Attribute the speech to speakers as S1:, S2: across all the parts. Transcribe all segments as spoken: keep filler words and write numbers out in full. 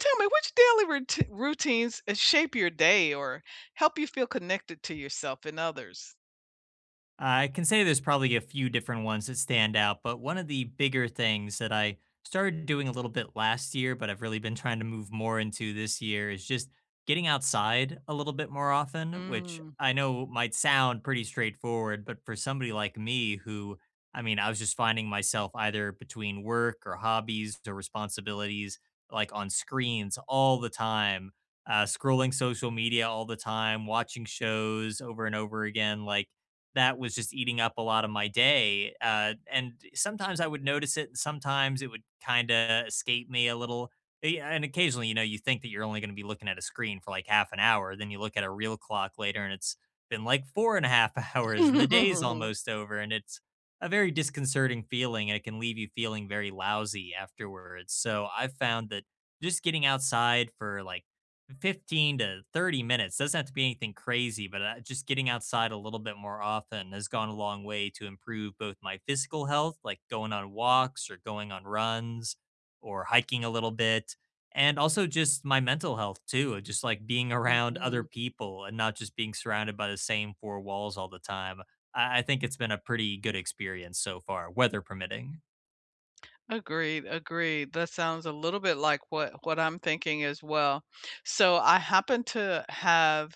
S1: Tell me which daily rout- routines uh, shape your day or help you feel connected to yourself and others?
S2: I can say there's probably a few different ones that stand out, but one of the bigger things that I started doing a little bit last year, but I've really been trying to move more into this year is just getting outside a little bit more often, which
S1: Mm.
S2: I know might sound pretty straightforward, but for somebody like me who, I mean, I was just finding myself either between work or hobbies or responsibilities, like on screens all the time, uh, scrolling social media all the time, watching shows over and over again, like that was just eating up a lot of my day. Uh, and sometimes I would notice it, and sometimes it would kind of escape me a little. Eh, yeah, And occasionally, you know, you think that you're only going to be looking at a screen for like half an hour. Then you look at a real clock later, and it's been like four and a half hours, and the day's almost over. And it's a very disconcerting feeling, and it can leave you feeling very lousy afterwards. So I've found that just getting outside for like fifteen to thirty minutes doesn't have to be anything crazy, but uh, just getting outside a little bit more often has gone a long way to improve both my physical health, like going on walks or going on runs or hiking a little bit, and also just my mental health too, of just like being around other
S1: Mhm.
S2: people and not just being surrounded by the same four walls all the time. I, I think it's been a pretty good experience so far, weather permitting.
S1: Agreed, agreed. That sounds a little bit like what what I'm thinking as well. So I happen to have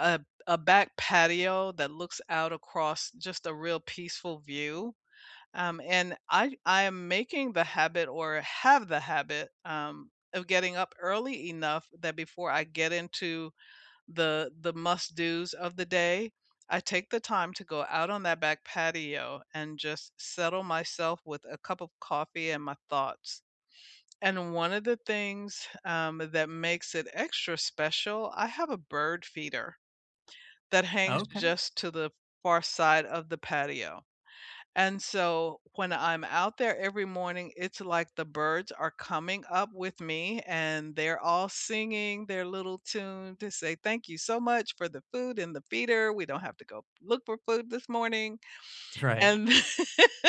S1: a a back patio that looks out across just a real peaceful view. Um, and I I am making the habit or have the habit um, of getting up early enough that before I get into the the must do's of the day, I take the time to go out on that back patio and just settle myself with a cup of coffee and my thoughts. And one of the things um, that makes it extra special, I have a bird feeder that hangs
S2: Okay.
S1: just to the far side of the patio. And so when I'm out there every morning, it's like the birds are coming up with me and they're all singing their little tune to say, "Thank you so much for the food in the feeder. We don't have to go look for food this morning."
S2: Right.
S1: And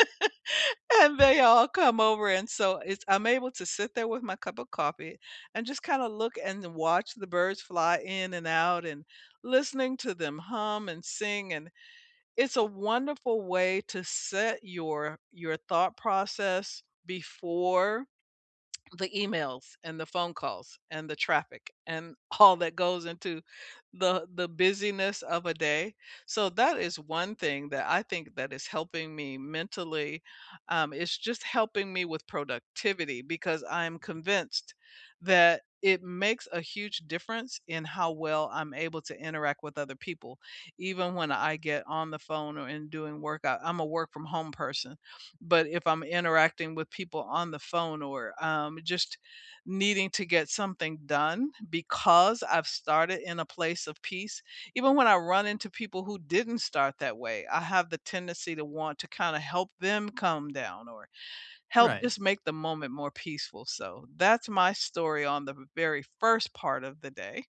S1: and they all come over. And so it's I'm able to sit there with my cup of coffee and just kind of look and watch the birds fly in and out and listening to them hum and sing. And it's a wonderful way to set your your thought process before the emails and the phone calls and the traffic and all that goes into the the busyness of a day, so that is one thing that I think that is helping me mentally. Um, it's just helping me with productivity because I'm convinced that it makes a huge difference in how well I'm able to interact with other people, even when I get on the phone or in doing work. I, i'm a work from home person, but if I'm interacting with people on the phone or um, just needing to get something done, because I've started in a place of peace, even when I run into people who didn't start that way, I have the tendency to want to kind of help them calm down or help
S2: Right.
S1: just make the moment more peaceful. So that's my story on the very first part of the day.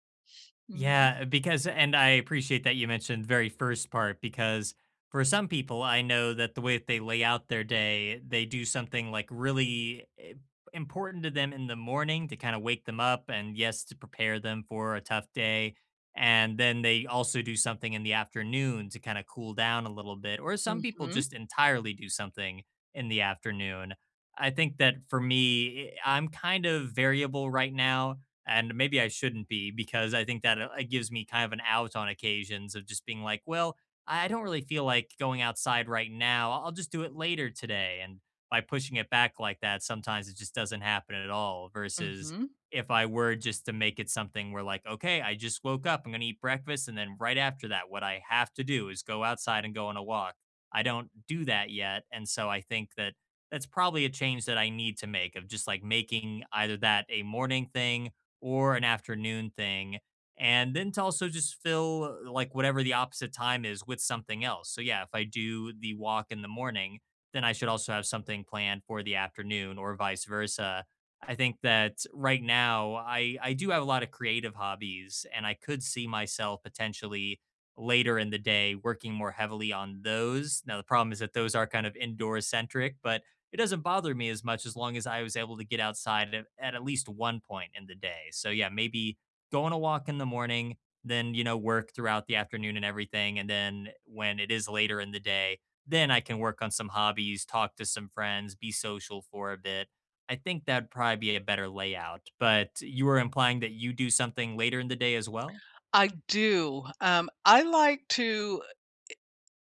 S1: Mhm.
S2: Yeah, uh, because and I appreciate that you mentioned the very first part because for some people, I know that the way that they lay out their day, they do something like really eh, important to them in the morning to kind of wake them up and yes, to prepare them for a tough day. And then they also do something in the afternoon to kind of cool down a little bit. Or some people
S1: Mhm.
S2: just entirely do something in the afternoon. I think that for me, eh, I'm kind of variable right now and maybe I shouldn't be because I think that uh, it gives me kind of an out on occasions of just being like, well, I I don't really feel like going outside right now. I'll just do it later today. And by pushing it back like that, sometimes it just doesn't happen at all. Versus
S1: Mhm.
S2: if I were just to make it something where, like, okay, I just woke up, I'm going to eat breakfast. And then right after that, what I have to do is go outside and go on a walk. I don't do that yet. And so I think that that's probably a change that I need to make of just like making either that a morning thing or an afternoon thing, and then to also just fill like whatever the opposite time is with something else. So yeah, if I do the walk in the morning, then I should also have something planned for the afternoon or vice versa. I think that right now I I do have a lot of creative hobbies and I could see myself potentially later in the day working more heavily on those. Now the problem is that those are kind of indoor centric, but it doesn't bother me as much as long as I was able to get outside at, at at least one point in the day. So yeah, maybe go on a walk in the morning, then you know work throughout the afternoon and everything, and then when it is later in the day, then I can work on some hobbies, talk to some friends, be social for a bit. I think that'd probably be a better layout. But you were implying that you do something later in the day as well?
S1: I do. Um, I like to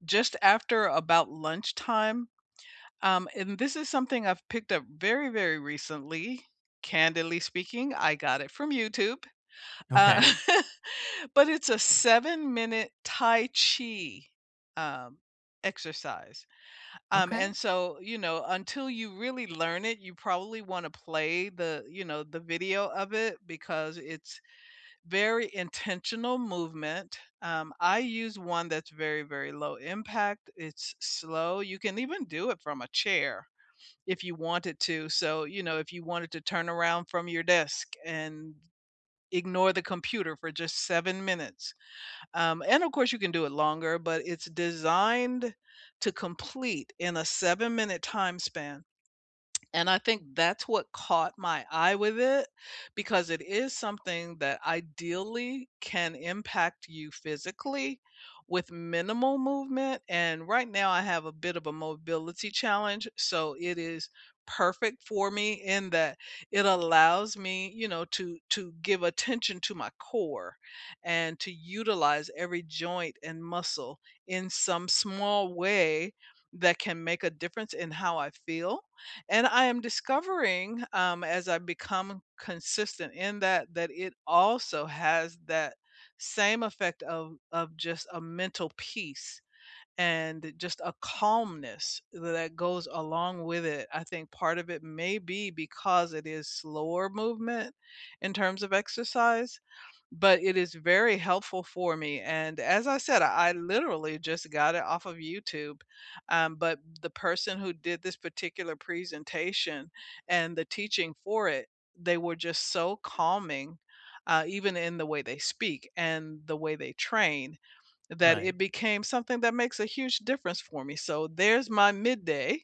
S1: just after about lunchtime. Um, and this is something I've picked up very, very recently. Candidly speaking, I got it from YouTube. Uh,
S2: Okay.
S1: but it's a seven minute Tai Chi um, exercise. Um,
S2: Okay.
S1: and so, you know, until you really learn it, you probably want to play the, you know, the video of it because it's very intentional movement. Um, I use one that's very, very low impact. It's slow. You can even do it from a chair if you wanted to. So, you know, if you wanted to turn around from your desk and ignore the computer for just seven minutes. Um, and of course, you can do it longer, but it's designed to complete in a seven minute time span, and I think that's what caught my eye with it because it is something that ideally can impact you physically with minimal movement. And right now, I have a bit of a mobility challenge. So it is perfect for me in that it allows me, you know, to to give attention to my core and to utilize every joint and muscle in some small way that can make a difference in how I feel. And I am discovering, um, as I become consistent in that, that it also has that same effect of of just a mental peace and just a calmness that goes along with it. I think part of it may be because it is slower movement in terms of exercise, but it is very helpful for me. And as I said, I, I literally just got it off of YouTube. Um, but the person who did this particular presentation and the teaching for it, they were just so calming. Uh, even in the way they speak and the way they train, that
S2: Right.
S1: it became something that makes a huge difference for me, so there's my midday.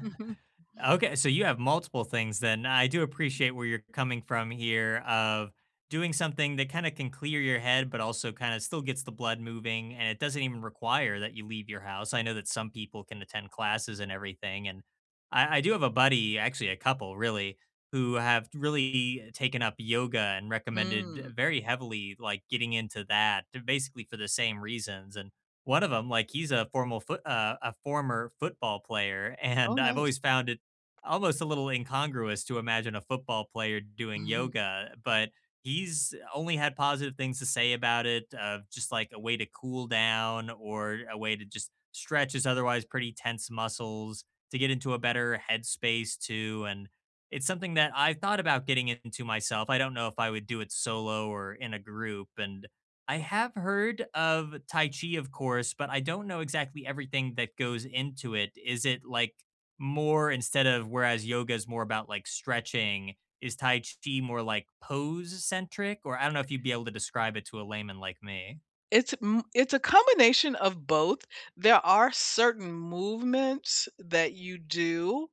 S2: Okay, so you have multiple things then. I do appreciate where you're coming from here of doing something that kind of can clear your head, but also kind of still gets the blood moving. And it doesn't even require that you leave your house. I know that some people can attend classes and everything. And I, I do have a buddy, actually, a couple really, who have really taken up yoga and recommended
S1: Mm.
S2: very heavily, like getting into that to- basically for the same reasons. And one of them like he's a formal foot uh, a former football player
S1: Oh,
S2: and I've
S1: nice.
S2: always found almost a little incongruous to imagine a football player doing yoga, but he's only had positive things to say about it, of just like a way to cool down or a way to just stretch his otherwise pretty tense muscles to get into a better headspace too. And it's something that I've thought about getting into myself. I don't know if I would do it solo or in a group. And I have heard of Tai Chi, of course, but I don't know exactly everything that goes into it. Is it like more instead of whereas yoga is more about like stretching, is Tai Chi more like pose centric? Or I don't know if you'd be able to describe it to a layman like me.
S1: It's m it's a combination of both. There are certain movements that you do,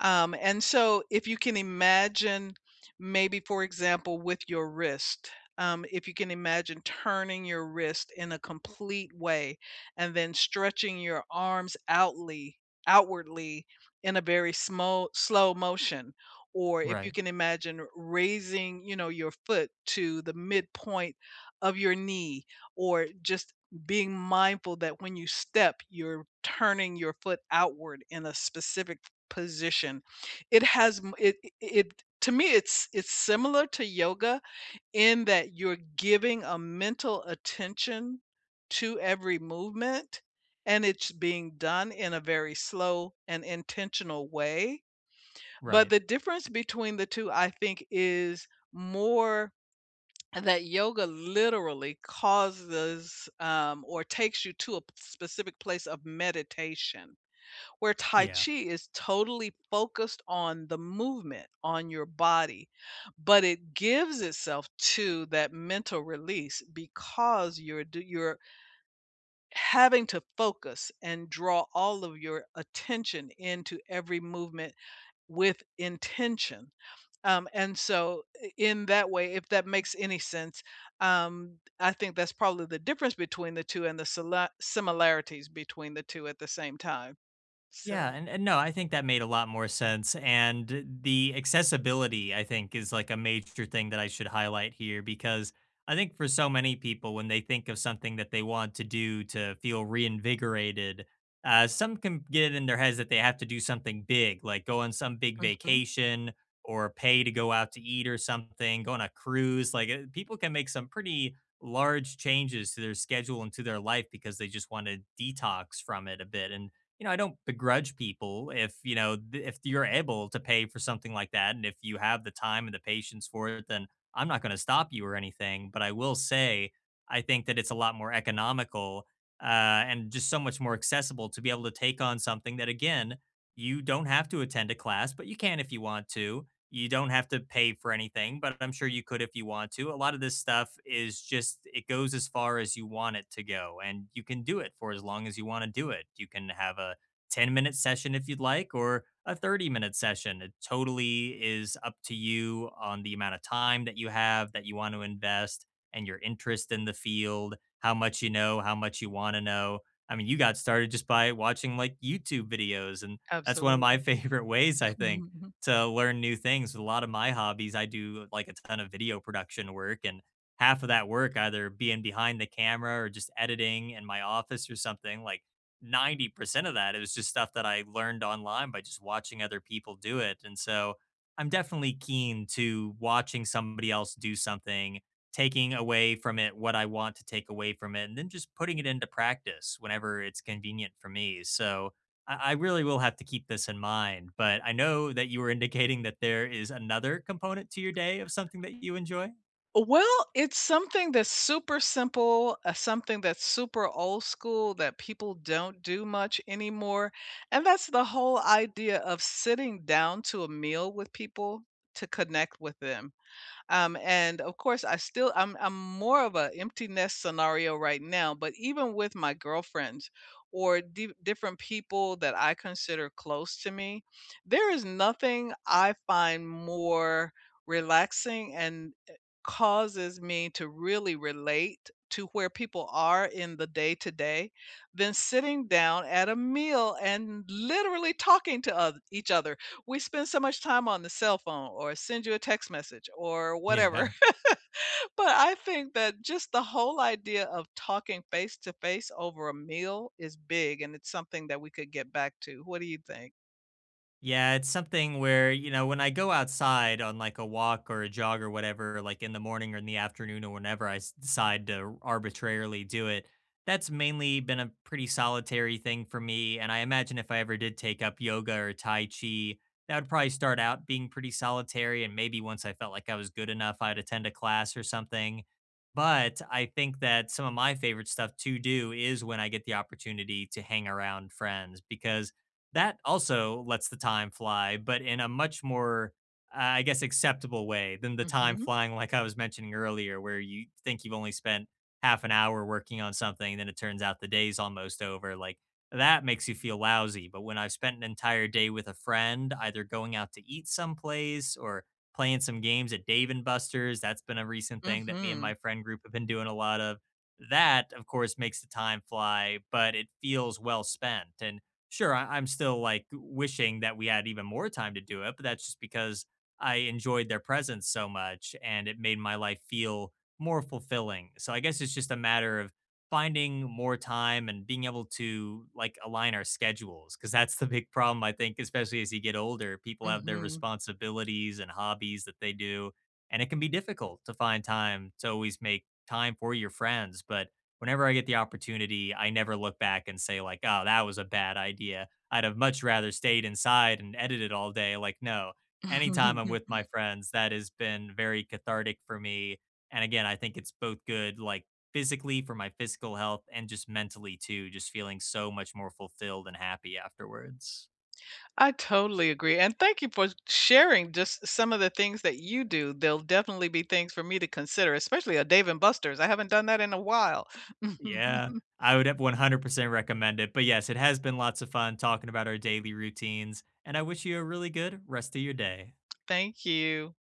S1: um, and so if you can imagine maybe, for example, with your wrist, um, if you can imagine turning your wrist in a complete way and then stretching your arms outly outwardly in a very small slow motion, or if you
S2: Right.
S1: can imagine raising, you know, your foot to the midpoint of your knee, or just being mindful that when you step, you're turning your foot outward in a specific position. It has m- it it it- to me it's it's similar to yoga in that you're giving a mental attention to every movement, and it's being done in a very slow and intentional way. But
S2: Right.
S1: the difference between the two I think is more that yoga literally causes, um, or takes you to a p specific place of meditation, where Tai
S2: Yeah.
S1: Chi is totally focused on the movement, on your body, but it gives itself to that mental release because you're do you're having to focus and draw all of your attention into every movement with intention. Um, and so, in that way, if that makes any sense, um, I think that's probably the difference between the two and the sila- similarities between the two at the same time. So,
S2: Yeah, and, and no, I think that made a lot more sense. And the accessibility, I think, is like a major thing that I should highlight here because I think for so many people, when they think of something that they want to do to feel reinvigorated, uh, some can get it in their heads that they have to do something big, like go on some big
S1: mhm,
S2: vacation or pay to go out to eat or something, go on a cruise. Like uh, people can make some pretty large changes to their schedule and to their life because they just want to detox from it a bit and you know, I don't begrudge people if, you know, th- if you're able to pay for something like that and if you have the time and the patience for it, then I'm not going to stop you or anything. But I will say, I think that it's a lot more economical uh, and just so much more accessible to be able to take on something that, again, you don't have to attend a class, but you can if you want to you don't have to pay for anything, but I'm sure you could if you want to. A lot of this stuff is just it goes as far as you want it to go, and you can do it for as long as you want to do it. You can have a ten minute session if you'd like, or a thirty minute session. It totally is up to you on the amount of time that you have that you want to invest and your interest in the field, how much you know, how much you want to know. I mean, you got started just by watching like YouTube videos, and that's one of my
S1: absolutely.
S2: favorite ways, I think,
S1: Mhm.
S2: to learn new things. With a lot of my hobbies, I do like a ton of video production work and half of that work either being behind the camera or just editing in my office or something like ninety percent of that it was just stuff that I learned online by just watching other people do it. And so I'm definitely keen to watching somebody else do something, taking away from it what I want to take away from it, and then just putting it into practice whenever it's convenient for me. So I I really will have to keep this in mind, but I know that you were indicating that there is another component to your day of something that you enjoy.
S1: Well, it's something that's super simple, uh, something that's super old school that people don't do much anymore. And that's the whole idea of sitting down to a meal with people to connect with them. Um, and of course, I still I'm I'm more of a empty nest scenario right now, but even with my girlfriends or di- different people that I consider close to me, there is nothing I find more relaxing, and eh, causes me to really relate to where people are in the day to day than sitting down at a meal and literally talking to oth- each other. We spend so much time on the cell phone or send you a text message or whatever.
S2: Yeah.
S1: But I think that just the whole idea of talking face to face over a meal is big, and it's something that we could get back to. What do you think?
S2: Yeah, it's something where, you know, when I go outside on like a walk or a jog or whatever, like in the morning or in the afternoon or whenever I s- decide to arbitrarily do it, that's mainly been a pretty solitary thing for me. And I imagine if I ever did take up yoga or Tai Chi, that would probably start out being pretty solitary. And maybe once I felt like I was good enough, I'd attend a class or something. But I think that some of my favorite stuff to do is when I get the opportunity to hang around friends because that also lets the time fly, but in a much more, uh, I guess, acceptable way than the
S1: Mm.
S2: time
S1: Mhm.
S2: flying, like I was mentioning earlier, where you think you've only spent half an hour working on something, then it turns out the day's almost over. Like that makes you feel lousy. But when I've spent an entire day with a friend, either going out to eat someplace or playing some games at Dave and Buster's, that's been a recent thing that me and
S1: Mm.
S2: my friend group have been doing a lot of. That, of course, makes the time fly, but it feels well spent. And Sure, I I'm still, like, wishing that we had even more time to do it, but that's just because I enjoyed their presence so much, and it made my life feel more fulfilling. So I guess it's just a matter of finding more time and being able to, like, align our schedules, because that's the big problem, I think, especially as you get older. People have
S1: Mhm.
S2: their
S1: Mm.
S2: responsibilities and hobbies that they do, and it can be difficult to find time to always make time for your friends, but whenever I get the opportunity, I never look back and say like, "Oh, that was a bad idea." I'd have much rather stayed inside and edited all day. Like, no, anytime I'm
S1: Mhm.
S2: with my friends, that has been very cathartic for me. And again, I think it's both good, like physically for my physical health and just mentally too, just feeling so much more fulfilled and happy afterwards.
S1: I totally agree. And thank you for sharing just some of the things that you do. There'll definitely be things for me to consider, especially a Dave and Buster's. I haven't done that in a while.
S2: Yeah, I would one hundred percent recommend it. But yes, it has been lots of fun talking about our daily routines. And I wish you a really good rest of your day.
S1: Thank you.